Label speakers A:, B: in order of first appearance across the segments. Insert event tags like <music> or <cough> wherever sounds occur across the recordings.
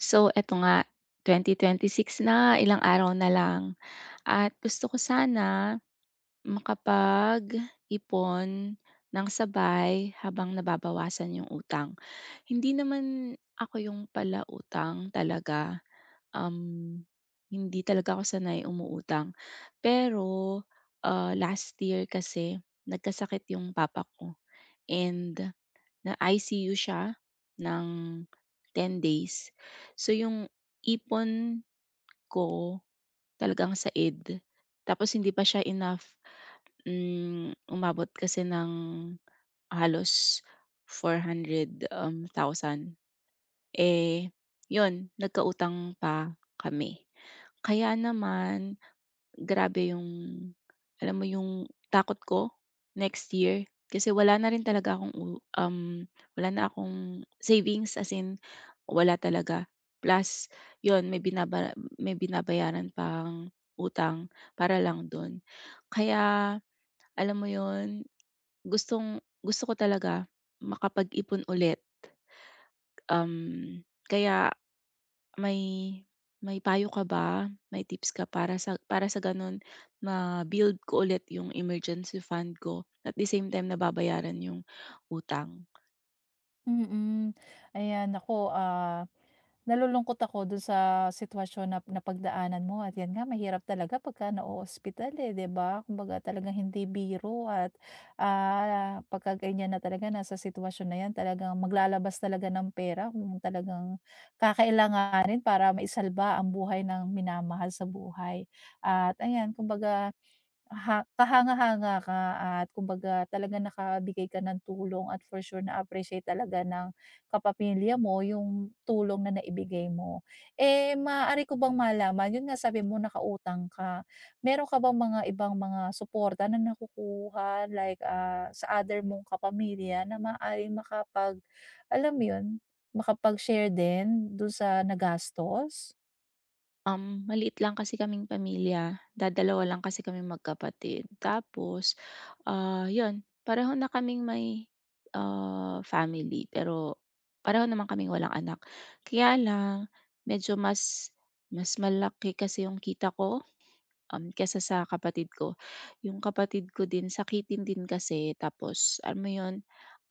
A: So, eto nga, 2026 na, ilang araw na lang at gusto ko sana makapag-ipon ng sabay habang nababawasan yung utang. Hindi naman ako yung palautang talaga, um, hindi talaga ako sanay umuutang. Pero, last year kasi nagkasakit yung papa ko and na-ICU siya ng 10 days. So, yung ipon ko talagang said. Tapos hindi pa siya enough, umabot kasi ng halos four hundred thousand. Eh, yun nagkautang pa kami. Kaya naman grabe yung alam mo yung takot ko next year kasi wala na rin talaga wala na akong savings, as in wala talaga. Plus yon, may binabayaran pang utang para lang dun. Kaya alam mo yun, gustong gusto ko talaga makapag-ipon ulit, um, kaya may may payo ka ba, may tips ka para sa gano'n ma-build ko ulit yung emergency fund ko at the same time nababayaran yung utang?
B: Mm. Ayan naku, nalulungkot ako dun sa sitwasyon na napagdaanan mo at yan nga mahirap talaga pagka na-o-ospital, eh, 'di ba? Kumbaga talagang hindi biro at, pagka ganyan na talaga nasa sitwasyon na yan talagang maglalabas talaga ng pera kung talagang kakailanganin para maisalba ang buhay ng minamahal sa buhay. At ayan kumbaga, ha, kahanga-hanga ka at kumbaga talaga nakabigay ka ng tulong at for sure na-appreciate talaga ng kapamilya mo yung tulong na naibigay mo. Eh, maaari ko bang malaman, yun nga sabi mo nakautang ka, meron ka bang mga ibang mga suporta na nakukuha like, sa other mong kapamilya na maaaring makapag alam mo yun, makapag-share din dun sa nagastos?
A: Maliit lang kasi kaming pamilya, dadalawa lang kasi kami magkapatid. Tapos, 'yun, pareho na kaming may, family, pero pareho naman kaming walang anak. Kaya lang medyo mas mas malaki kasi yung kita ko, kaysa sa kapatid ko. Yung kapatid ko din sakitin din kasi, tapos alam mo yun,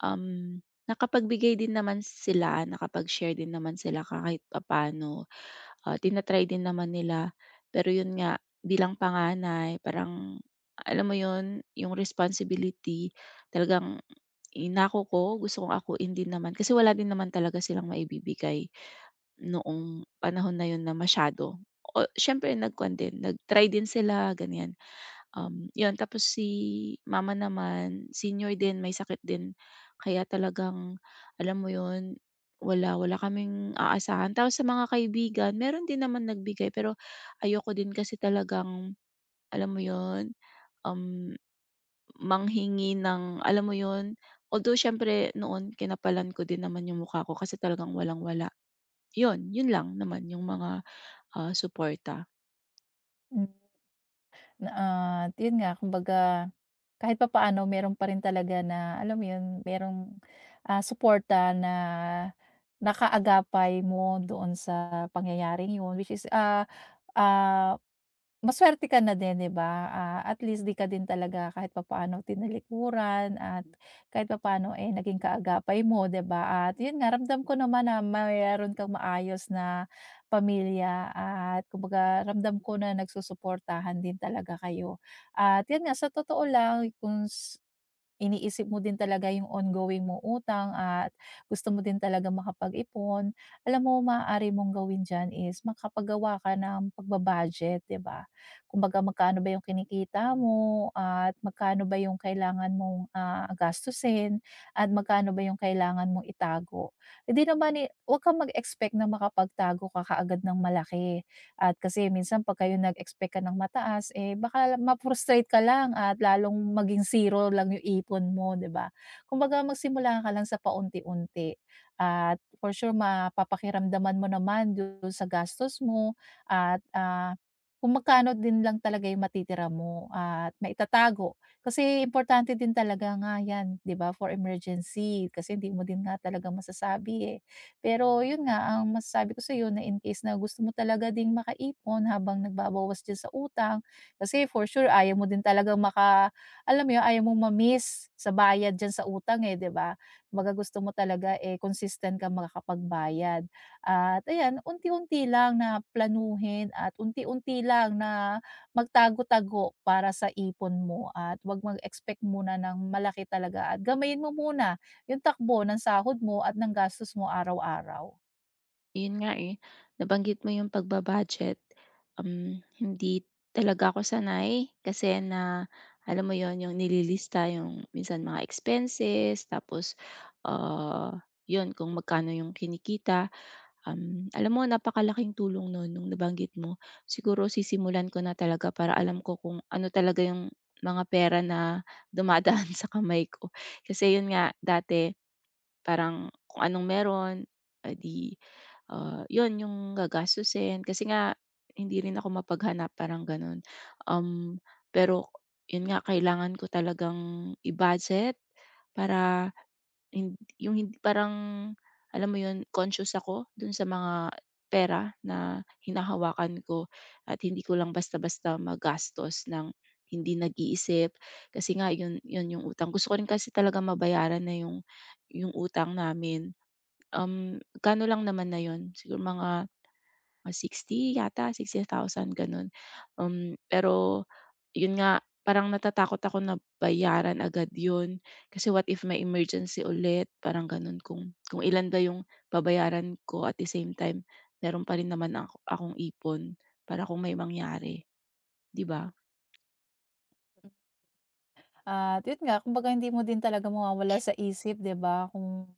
A: um, nakapagbigay din naman sila, nakapag-share din naman sila kahit paano. Tina din naman nila. Pero yun nga, bilang panganay, parang alam mo yun, yung responsibility, talagang inako ko, gusto kong akuin din naman kasi wala din naman talaga silang maibibigay noong panahon na yun na masyado. O siyempre nagkuhan din, nag-try din sila, ganyan. 'Yun, tapos si mama naman senior din, may sakit din, kaya talagang alam mo 'yun, wala, wala kaming aasahan. Tapos sa mga kaibigan meron din naman nagbigay, pero ayoko din kasi talagang alam mo 'yun, um, manghingi ng alam mo 'yun, although syempre noon kinapalan ko din naman yung mukha ko kasi talagang walang-wala. 'Yun lang naman yung mga, suporta.
B: Hmm. Na, yun nga kumbaga kahit papaano meron pa rin talaga na alam mo yun, merong, suporta na nakaagapay mo doon sa pangyayaring yun which is, ah maswerte ka na din, 'di ba? Ah, at least 'di ka din talaga kahit papaano tinalikuran at kahit papaano, eh, naging kaagapay mo, 'di ba? At 'yun nga, ramdam ko naman na mayroon kang maayos na pamilya at kumbaga ramdam ko na nagsusuportahan din talaga kayo. At 'yun nga, sa totoo lang, kung s iniisip mo din talaga yung ongoing mong utang at gusto mo din talaga makapag-ipon. Alam mo maaari mong gawin diyan is makapagawa ka ng pagbabudget, 'di ba? Kumbaga magkano ba yung kinikita mo at magkano ba yung kailangan mong, gastusin at magkano ba yung kailangan mong itago. Hindi naman, i 'wag kang mag-expect na makapagtago ka kaagad ng malaki. At kasi minsan pagka yung nag-expect ka ng mataas, eh, baka ma-frustrate ka lang at lalong maging zero lang yung ipon mo, 'di ba? Kumbaga magsimula ka lang sa paunti-unti at for sure mapapakiramdaman mo naman do'n sa gastos mo at kung magkano din lang talaga yung matitira mo at maitatago. Kasi importante din talaga nga 'yan, 'di ba, for emergency kasi hindi mo din nga talaga masasabi, eh. Pero yun nga, ang masasabi ko sa sa'yo na in case na gusto mo talaga ding makaipon habang nagbabawas diyan sa utang, kasi for sure ayaw mo din talaga maka alam mo yun, ayaw mong ma sa bayad diyan sa utang, eh, 'di ba? Kumbaga gusto mo talaga, eh, consistent ka makakapagbayad. At ayan, unti-unti lang na planuhin at unti-unti lang na magtago-tago para sa ipon mo at 'wag mag-expect muna ng malaki talaga at gamayin mo muna yung takbo ng sahod mo at ng gastos mo araw-araw.
A: Yun nga, eh, nabanggit mo yung pagbabudget, hindi talaga ako sanay kasi na alam mo yon, yung nililista yung minsan mga expenses, tapos, yun, kung magkano yung kinikita. Alam mo napakalaking tulong nun nabanggit mo. Siguro sisimulan ko na talaga para alam ko kung ano talaga yung mga pera na dumadaan <laughs> sa kamay ko. Kasi yun nga dati parang kung anong meron, eh, di, 'yun yung gagastusin, kasi nga hindi rin ako mapaghanap, parang gano'n. Um, Pero 'yun nga, kailangan ko talagang i-budget para yung hindi parang alam mo yun, conscious ako dun sa mga pera na hinahawakan ko, at hindi ko lang basta-basta magastos ng hindi nag-iisip. Kasi nga yun yun yung utang. Gusto ko rin kasi talaga mabayaran na yung utang namin. Magkano lang naman na yun, siguro mga sixty yata, 60,000 ganun. Pero yun nga, parang natatakot ako na bayaran agad yun. Kasi what if may emergency ulit, parang ganun. Kung ilan ba yung babayaran ko at the same time meron pa rin naman akong ipon para kung may mangyari, 'di ba?
B: At yun nga, kumbaga hindi mo din talaga mawawala sa isip, 'di ba, kung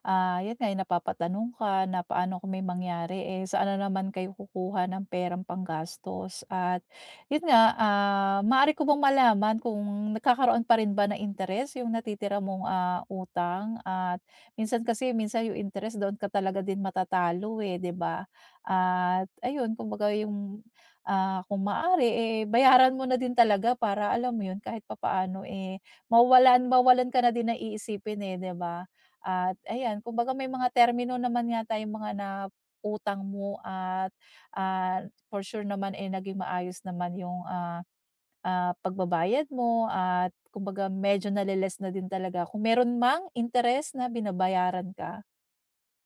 B: ah, 'yun nga, eh, napapatanong ka na paano kung may mangyari, eh, saan na naman kayo kukuha ng perang panggastos at 'yun nga, maaari ko bang malaman kung nagkakaroon pa rin ba ng interes yung natitira mong, utang at minsan kasi minsan yung interest doon ka talaga din matatalo, eh, 'di ba? At ayun, kumbaga yung, kung maaari, eh, bayaran mo na din talaga para alam mo 'yun, kahit papaano, eh, mawalan mawalan ka na din na iisipin, eh, 'di ba? At ayan, kumbaga may mga termino naman yata yung mga na-utang mo at, for sure naman, eh, naging maayos naman yung, pagbabayad mo at kumbaga medyo nale-less na din talaga kung meron mang interes na binabayaran ka,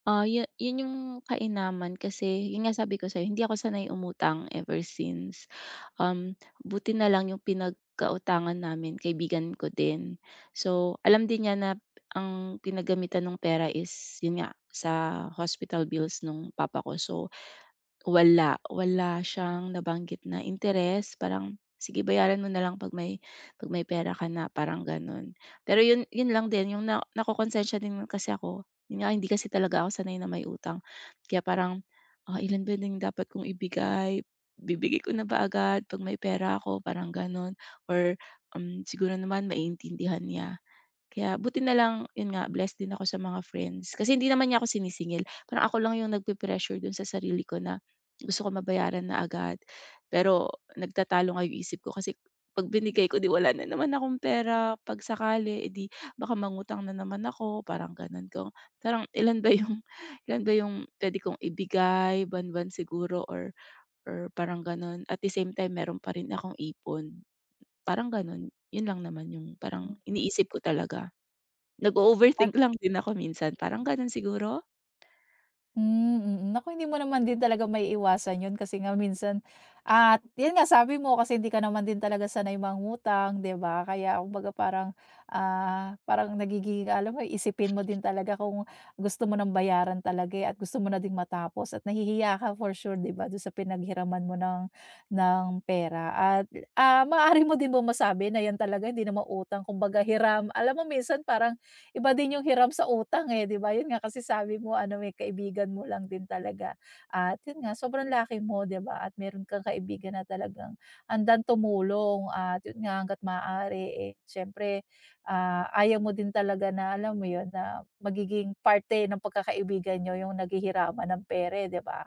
A: Ah, yu Yun yung kainaman kasi yun nga sabi ko sa'yo, hindi ako sanay umutang ever since. Buti na lang yung pinagkautangan namin kaibigan ko din. So, alam din niya na ang pinagamitan ng pera is yun nga, sa hospital bills nung papa ko. So wala, wala siyang nabanggit na interes, parang, "Sige, bayaran mo na lang 'pag may pera ka na," parang gano'n. Pero yun yun lang din, yung na nakokonsensiya din kasi ako, yun nga hindi kasi talaga ako sanay na may utang. Kaya parang, "Ilan ba din yung dapat kong ibigay? Bibigay ko na ba agad 'pag may pera ako?" Parang gano'n. Or, siguro naman maiintindihan niya. Kaya buti na lang, yun nga, blessed din ako sa mga friends. Kasi hindi naman niya ako sinisingil. Parang ako lang yung nagpe-pressure dun sa sarili ko na gusto ko mabayaran na agad. Pero nagtatalo nga yung isip ko kasi 'pag binigay ko, 'di wala na naman akong pera. 'Pag sakali, eh, 'di baka mangutang na naman ako, parang gano'n ko. Parang ilan ba yung <laughs> ilan ba yung puwede kong ibigay, buwan-buwan siguro, or parang gano'n. At the same time, meron pa rin akong ipon, parang gano'n. Yun lang naman yung parang
B: mm.
A: iniisip ko talaga. Nag-o-overthink lang din ako minsan, parang gano'n siguro?
B: Hmm, mm. Naku, hindi mo naman din talaga may iwasan 'yun kasi nga minsan at 'yun nga sabi mo kasi hindi ka naman din talaga sanay mangutang, 'di ba? Kaya kumbaga parang, parang nagiging alam mo isipin mo din talaga kung gusto mo ng bayaran talaga, eh, at gusto mo na ding matapos at nahihiya ka for sure, 'di ba, do'n sa pinaghiraman mo ng pera at, maaari mo din bang masabi na 'yan talaga hindi naman utang kumbaga hiram. Alam mo minsan parang iba din yung hiram sa utang, eh, 'di ba? Yun nga kasi sabi mo ano, may kaibigan mo lang din talaga at yun nga sobrang laki mo, 'di ba? At meron kang kaibigan na talagang handang tumulong at yun nga hangga't maaari, eh, siyempre, ayaw mo din talaga na alam mo yun, na magiging parte ng pagkakaibigan niyo yung naghihiraman ng pera, eh, 'di ba?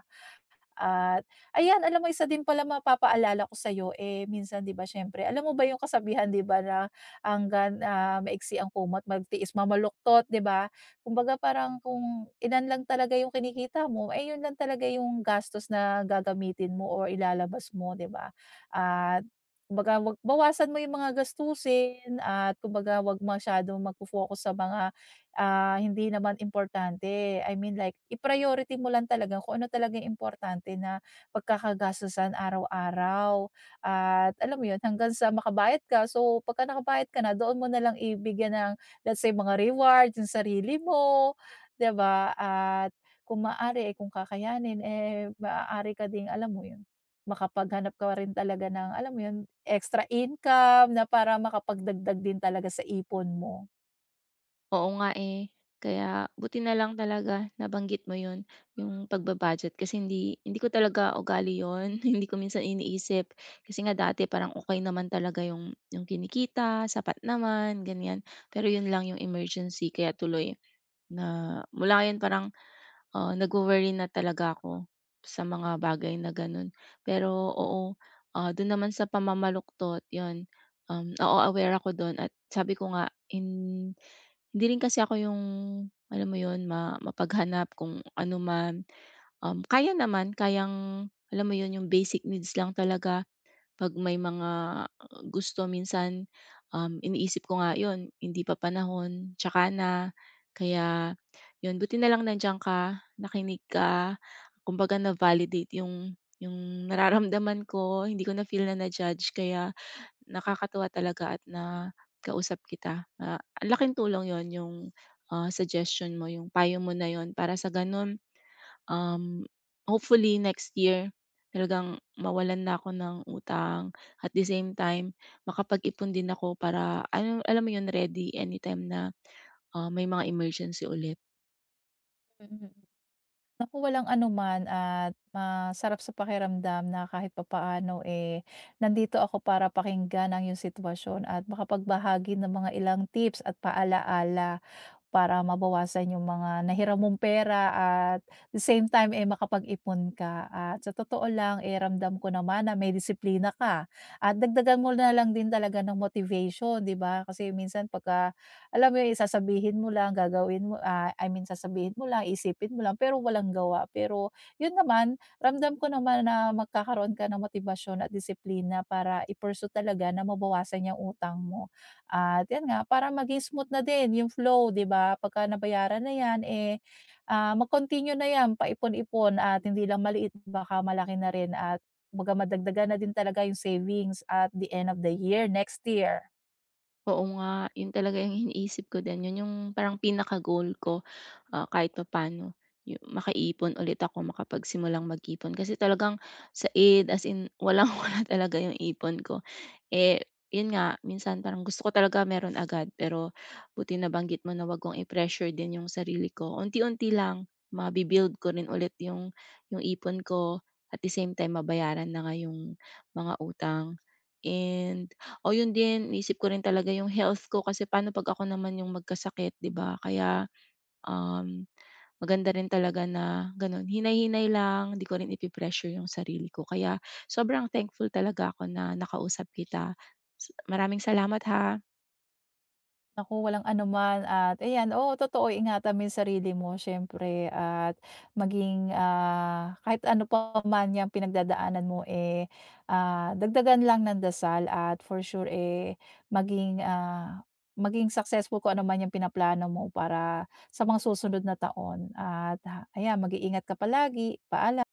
B: At ayan, alam mo isa din pala mapapaalala ko sa'yo, eh, minsan 'di ba siyempre alam mo ba yung kasabihan 'di ba na hangga't, maiksi ang kumot magtiis mamaluktot, 'di ba? Kumbaga parang kung ilan lang talaga yung kinikita mo, eh, yun lang talaga yung gastos na gagamitin mo or ilalabas mo, 'di ba? At kumbaga wag bawasan mo yung mga gastusin at kumbaga wag masyadong magfo-focus sa mga hindi naman importante. I mean like i-priority mo lang talaga kung ano talaga yung importante na pagkakagastusan araw-araw at alam mo yun hanggang sa makabayad ka. So pagka nakabayad ka na doon mo na lang ibigyan ng let's say mga rewards yung sarili mo, 'di ba? At kung maaari eh, kung kakayanin eh maaari ka ding alam mo yun makapaghanap ka rin talaga ng alam mo yun extra income na para makapagdagdag din talaga sa ipon mo.
A: Oo nga, eh. Kaya buti na lang talaga nabanggit mo 'yun, yung pagba-budget, kasi hindi hindi ko talaga ugali 'yun, <laughs> hindi ko minsan iniisip. Kasi nga dati parang okey naman talaga yung kinikita, sapat naman, ganiyan. Pero 'yun lang yung emergency kaya tuloy na, mula 'yun parang oo, nagwo-worry na talaga ako sa mga bagay na gano'n. Pero oo, do'n naman sa pamamaluktot 'yun, oo, aware ako do'n, at sabi ko nga, hindi rin kasi ako 'yung alam mo 'yun, mapaghanap kung ano man. Kaya naman, kayang alam mo 'yun, 'yung basic needs lang talaga. 'Pag may mga gusto minsan, iniisip ko nga 'yun, hindi pa panahon, tsaka na. Kaya 'yun, buti na lang nandiyan ka, nakinig ka, kumbaga na-validate yung nararamdaman ko, hindi ko na-feel na na-judge, kaya nakakatuwa talaga at na kausap kita. Ah, ang laking tulong yon, yung, suggestion mo, yung payo mo na yon para sa gano'n. Um, Hopefully next year talagang mawalan na ako ng utang. At the same time, makapag-ipon din ako para alam, mo 'yun, ready anytime na, may mga emergency ulit.
B: Mm. Naku, walang anuman at masarap sa pakiramdam na kahit papaano, eh, nandito ako para pakinggan ang iyong sitwasyon at makapagbahagi ng mga ilang tips at paalaala para mabawasan yung mga nahiram mong pera at the same time, eh, makapag-ipon ka at sa totoo lang, eh, ramdam ko naman na may disiplina ka at dagdagan mo na lang din talaga ng motivation, 'di ba? Kasi minsan pagka alam mo yun, sasabihin mo lang, gagawin mo, I mean sasabihin mo lang, isipin mo lang, pero walang gawa. Pero yun naman, ramdam ko naman na magkakaroon ka ng motibasyon at disiplina para i talaga na mabawasan yung utang mo. At 'yan nga, para maging smooth na din yung flow, 'di ba? Pagka nabayaran na 'yan, eh, mag-continue na 'yan, paipon-ipon at hindi lang maliit, baka malaki na rin at kumbaga madagdagan na din talaga yung savings at the end of the year, next year.
A: Oo nga, yun talaga yung iniisip ko din, yun yung parang pinaka-goal ko, kahit paano yung makaipon ulit ako, makapagsimulang mag-ipon. Kasi talagang sa id, as in walang-wala <laughs> talaga yung ipon ko. Eh, yun nga minsan parang gusto ko talaga meron agad, pero buti na banggit mo na wag kong i-pressure din yung sarili ko. Unti-unti lang mabi-build ko rin ulit yung ipon ko, at the same time mabayaran na nga yung mga utang and o yun din, iniisip ko rin talaga yung health ko kasi paano 'pag ako naman yung magkasakit, 'di ba? Kaya, um, maganda rin talaga na gano'n, hinay-hinay lang, hindi ko rin ipipressure yung sarili ko. Kaya sobrang thankful talaga ako na nakausap kita. Sa, maraming salamat ha.
B: Naku, walang anuman at ayan, oo, totoo ingatan mo yung sarili mo siyempre at maging, kahit ano pa man yang pinagdadaanan mo, eh, dagdagan lang ng dasal at for sure, eh, maging, ah, maging successful kung ano man yung pinaplano mo para sa mga susunod na taon at ha ayan, mag-iingat ka palagi. Paalam.